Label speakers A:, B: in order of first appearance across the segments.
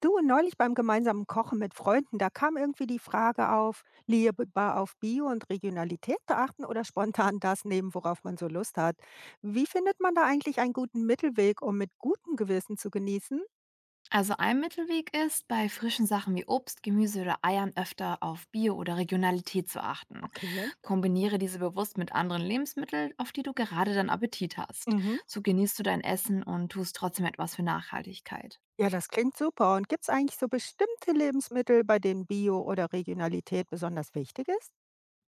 A: Du, neulich beim gemeinsamen Kochen mit Freunden, da kam irgendwie die Frage auf, lieber auf Bio und Regionalität zu achten oder spontan das nehmen, worauf man so Lust hat. Wie findet man da eigentlich einen guten Mittelweg, um mit gutem Gewissen zu genießen?
B: Also ein Mittelweg ist, bei frischen Sachen wie Obst, Gemüse oder Eiern öfter auf Bio oder Regionalität zu achten.
A: Okay.
B: Kombiniere diese bewusst mit anderen Lebensmitteln, auf die du gerade deinen Appetit hast.
A: Mhm.
B: So genießt du dein Essen und tust trotzdem etwas für Nachhaltigkeit.
A: Ja, das klingt super. Und gibt es eigentlich so bestimmte Lebensmittel, bei denen Bio oder Regionalität besonders wichtig ist?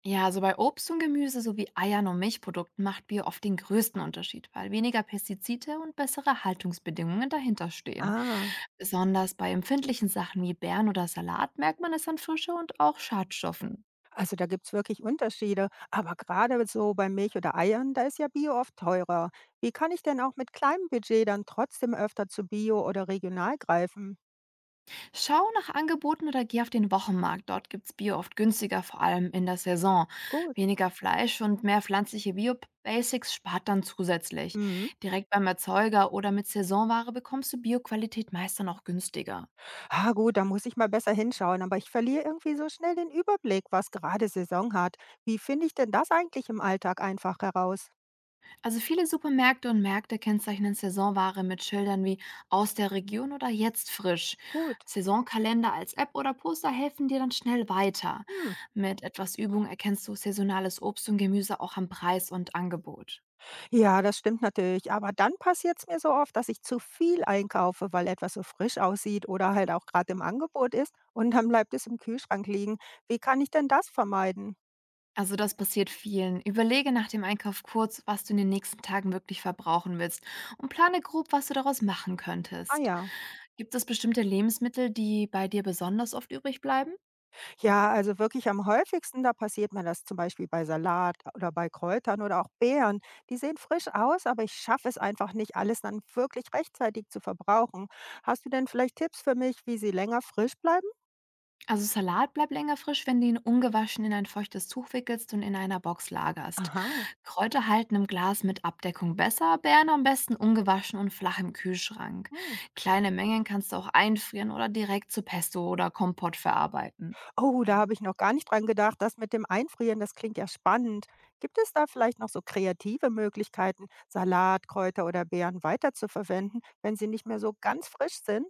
B: Ja, also bei Obst und Gemüse sowie Eiern und Milchprodukten macht Bio oft den größten Unterschied, weil weniger Pestizide und bessere Haltungsbedingungen dahinter stehen.
A: Ah.
B: Besonders bei empfindlichen Sachen wie Beeren oder Salat merkt man es an Frische und auch Schadstoffen.
A: Also da gibt's wirklich Unterschiede. Aber gerade so bei Milch oder Eiern, da ist ja Bio oft teurer. Wie kann ich denn auch mit kleinem Budget dann trotzdem öfter zu Bio oder regional greifen?
B: Schau nach Angeboten oder geh auf den Wochenmarkt. Dort gibt's Bio oft günstiger, vor allem in der Saison.
A: Gut.
B: Weniger Fleisch und mehr pflanzliche Bio-Basics spart dann zusätzlich.
A: Mhm.
B: Direkt beim Erzeuger oder mit Saisonware bekommst du Bio-Qualität meist dann auch günstiger.
A: Ah gut, da muss ich mal besser hinschauen, aber ich verliere irgendwie so schnell den Überblick, was gerade Saison hat. Wie finde ich denn das eigentlich im Alltag einfach heraus?
B: Also viele Supermärkte und Märkte kennzeichnen Saisonware mit Schildern wie aus der Region oder jetzt frisch.
A: Gut.
B: Saisonkalender als App oder Poster helfen dir dann schnell weiter.
A: Hm.
B: Mit etwas Übung erkennst du saisonales Obst und Gemüse auch am Preis und Angebot.
A: Ja, das stimmt natürlich. Aber dann passiert es mir so oft, dass ich zu viel einkaufe, weil etwas so frisch aussieht oder halt auch gerade im Angebot ist und dann bleibt es im Kühlschrank liegen. Wie kann ich denn das vermeiden?
B: Also das passiert vielen. Überlege nach dem Einkauf kurz, was du in den nächsten Tagen wirklich verbrauchen willst, und plane grob, was du daraus machen
A: Ah
B: könntest.
A: ja.
B: Gibt es bestimmte Lebensmittel, die bei dir besonders oft übrig bleiben?
A: Ja, also wirklich am häufigsten, da passiert mir das zum Beispiel bei Salat oder bei Kräutern oder auch Beeren. Die sehen frisch aus, aber ich schaffe es einfach nicht, alles dann wirklich rechtzeitig zu verbrauchen. Hast du denn vielleicht Tipps für mich, wie sie länger frisch bleiben?
B: Also Salat bleibt länger frisch, wenn du ihn ungewaschen in ein feuchtes Tuch wickelst und in einer Box lagerst.
A: Aha.
B: Kräuter halten im Glas mit Abdeckung besser, Beeren am besten ungewaschen und flach im Kühlschrank.
A: Hm.
B: Kleine Mengen kannst du auch einfrieren oder direkt zu Pesto oder Kompott verarbeiten.
A: Oh, da habe ich noch gar nicht dran gedacht. Das mit dem Einfrieren, das klingt ja spannend. Gibt es da vielleicht noch so kreative Möglichkeiten, Salat, Kräuter oder Beeren weiterzuverwenden, wenn sie nicht mehr so ganz frisch sind?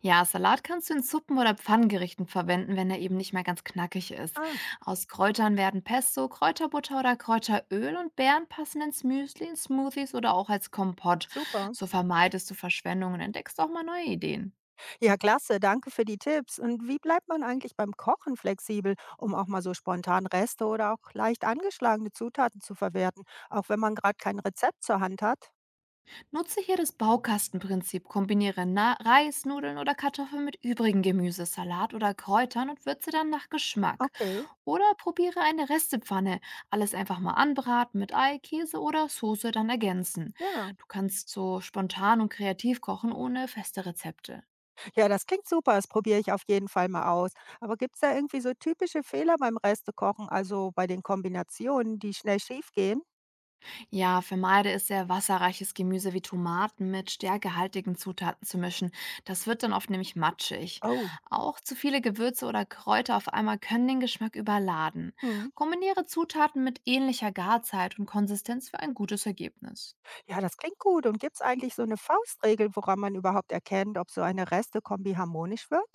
B: Ja, Salat kannst du in Suppen oder Pfannengerichten verwenden, wenn er eben nicht mehr ganz knackig ist.
A: Ah,
B: Aus Kräutern werden Pesto, Kräuterbutter oder Kräuteröl, und Beeren passen ins Müsli, in Smoothies oder auch als Kompott.
A: super.
B: So vermeidest du Verschwendung und entdeckst auch mal neue Ideen.
A: Ja, klasse. Danke für die Tipps. Und wie bleibt man eigentlich beim Kochen flexibel, um auch mal so spontan Reste oder auch leicht angeschlagene Zutaten zu verwerten, auch wenn man gerade kein Rezept zur Hand hat?
B: Nutze hier das Baukastenprinzip, kombiniere Reis, Nudeln oder Kartoffeln mit übrigen Gemüse, Salat oder Kräutern und würze dann nach Geschmack.
A: Okay,
B: Oder probiere eine Restepfanne. Alles einfach mal anbraten, mit Ei, Käse oder Soße dann ergänzen.
A: ja.
B: Du kannst so spontan und kreativ kochen ohne feste Rezepte.
A: Ja, das klingt super, das probiere ich auf jeden Fall mal aus. Aber gibt's da irgendwie so typische Fehler beim Restekochen, also bei den Kombinationen, die schnell schiefgehen?
B: Ja, vermeide es, sehr wasserreiches Gemüse wie Tomaten mit stärkehaltigen Zutaten zu mischen. Das wird dann oft nämlich matschig.
A: Oh,
B: Auch zu viele Gewürze oder Kräuter auf einmal können den Geschmack überladen.
A: hm.
B: Kombiniere Zutaten mit ähnlicher Garzeit und Konsistenz für ein gutes Ergebnis.
A: Ja, das klingt gut. Und gibt's eigentlich so eine Faustregel, woran man überhaupt erkennt, ob so eine Restekombi harmonisch wird?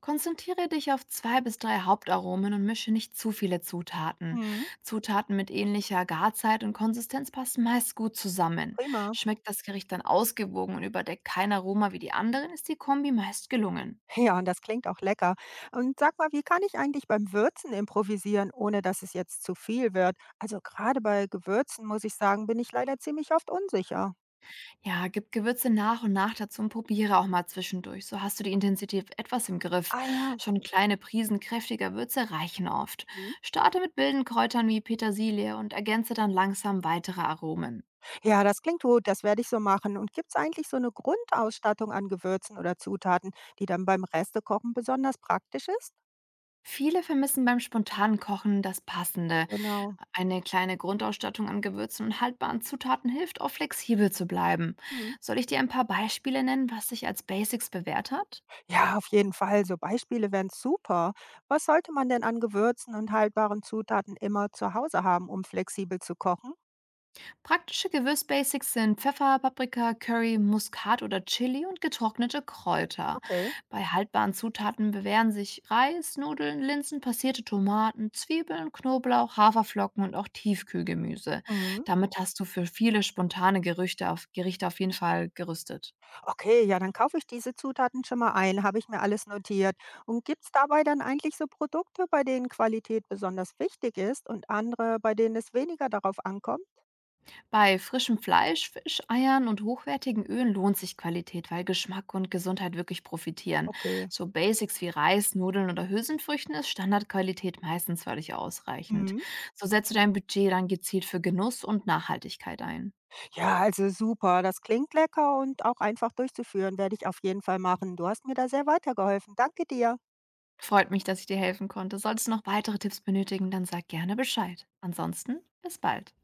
B: Konzentriere dich auf zwei bis drei Hauptaromen und mische nicht zu viele Zutaten.
A: Hm,
B: Zutaten mit ähnlicher Garzeit und Konsistenz passen meist gut zusammen.
A: prima.
B: Schmeckt das Gericht dann ausgewogen und überdeckt kein Aroma wie die anderen, ist die Kombi meist gelungen.
A: Ja, und das klingt auch lecker. Und sag mal, wie kann ich eigentlich beim Würzen improvisieren, ohne dass es jetzt zu viel wird? Also gerade bei Gewürzen, muss ich sagen, bin ich leider ziemlich oft unsicher.
B: Ja, gib Gewürze nach und nach dazu und probiere auch mal zwischendurch. So hast du die Intensität etwas im Griff.
A: Ah ja.
B: Schon kleine Prisen kräftiger Würze reichen oft.
A: Hm.
B: Starte mit wilden Kräutern wie Petersilie und ergänze dann langsam weitere Aromen.
A: Ja, das klingt gut, das werde ich so machen. Und gibt es eigentlich so eine Grundausstattung an Gewürzen oder Zutaten, die dann beim Restekochen besonders praktisch ist?
B: Viele vermissen beim spontanen Kochen das Passende.
A: Genau.
B: Eine kleine Grundausstattung an Gewürzen und haltbaren Zutaten hilft, auch flexibel zu bleiben.
A: Hm.
B: Soll ich dir ein paar Beispiele nennen, was sich als Basics bewährt hat?
A: Ja, auf jeden Fall. So Beispiele wären super. Was sollte man denn an Gewürzen und haltbaren Zutaten immer zu Hause haben, um flexibel zu kochen?
B: Praktische Gewürzbasics sind Pfeffer, Paprika, Curry, Muskat oder Chili und getrocknete Kräuter.
A: Okay.
B: Bei haltbaren Zutaten bewähren sich Reis, Nudeln, Linsen, passierte Tomaten, Zwiebeln, Knoblauch, Haferflocken und auch Tiefkühlgemüse.
A: Mhm.
B: Damit hast du für viele spontane Gerichte auf jeden Fall gerüstet.
A: Okay, ja, dann kaufe ich diese Zutaten schon mal ein, habe ich mir alles notiert. Und gibt es dabei dann eigentlich so Produkte, bei denen Qualität besonders wichtig ist und andere, bei denen es weniger darauf ankommt?
B: Bei frischem Fleisch, Fisch, Eiern und hochwertigen Ölen lohnt sich Qualität, weil Geschmack und Gesundheit wirklich profitieren.
A: Okay.
B: So Basics wie Reis, Nudeln oder Hülsenfrüchten ist Standardqualität meistens völlig ausreichend.
A: Mhm.
B: So setzt du dein Budget dann gezielt für Genuss und Nachhaltigkeit ein.
A: Ja, also super. Das klingt lecker und auch einfach durchzuführen, werde ich auf jeden Fall machen. Du hast mir da sehr weitergeholfen. Danke dir.
B: Freut mich, dass ich dir helfen konnte. Solltest du noch weitere Tipps benötigen, dann sag gerne Bescheid. Ansonsten, bis bald.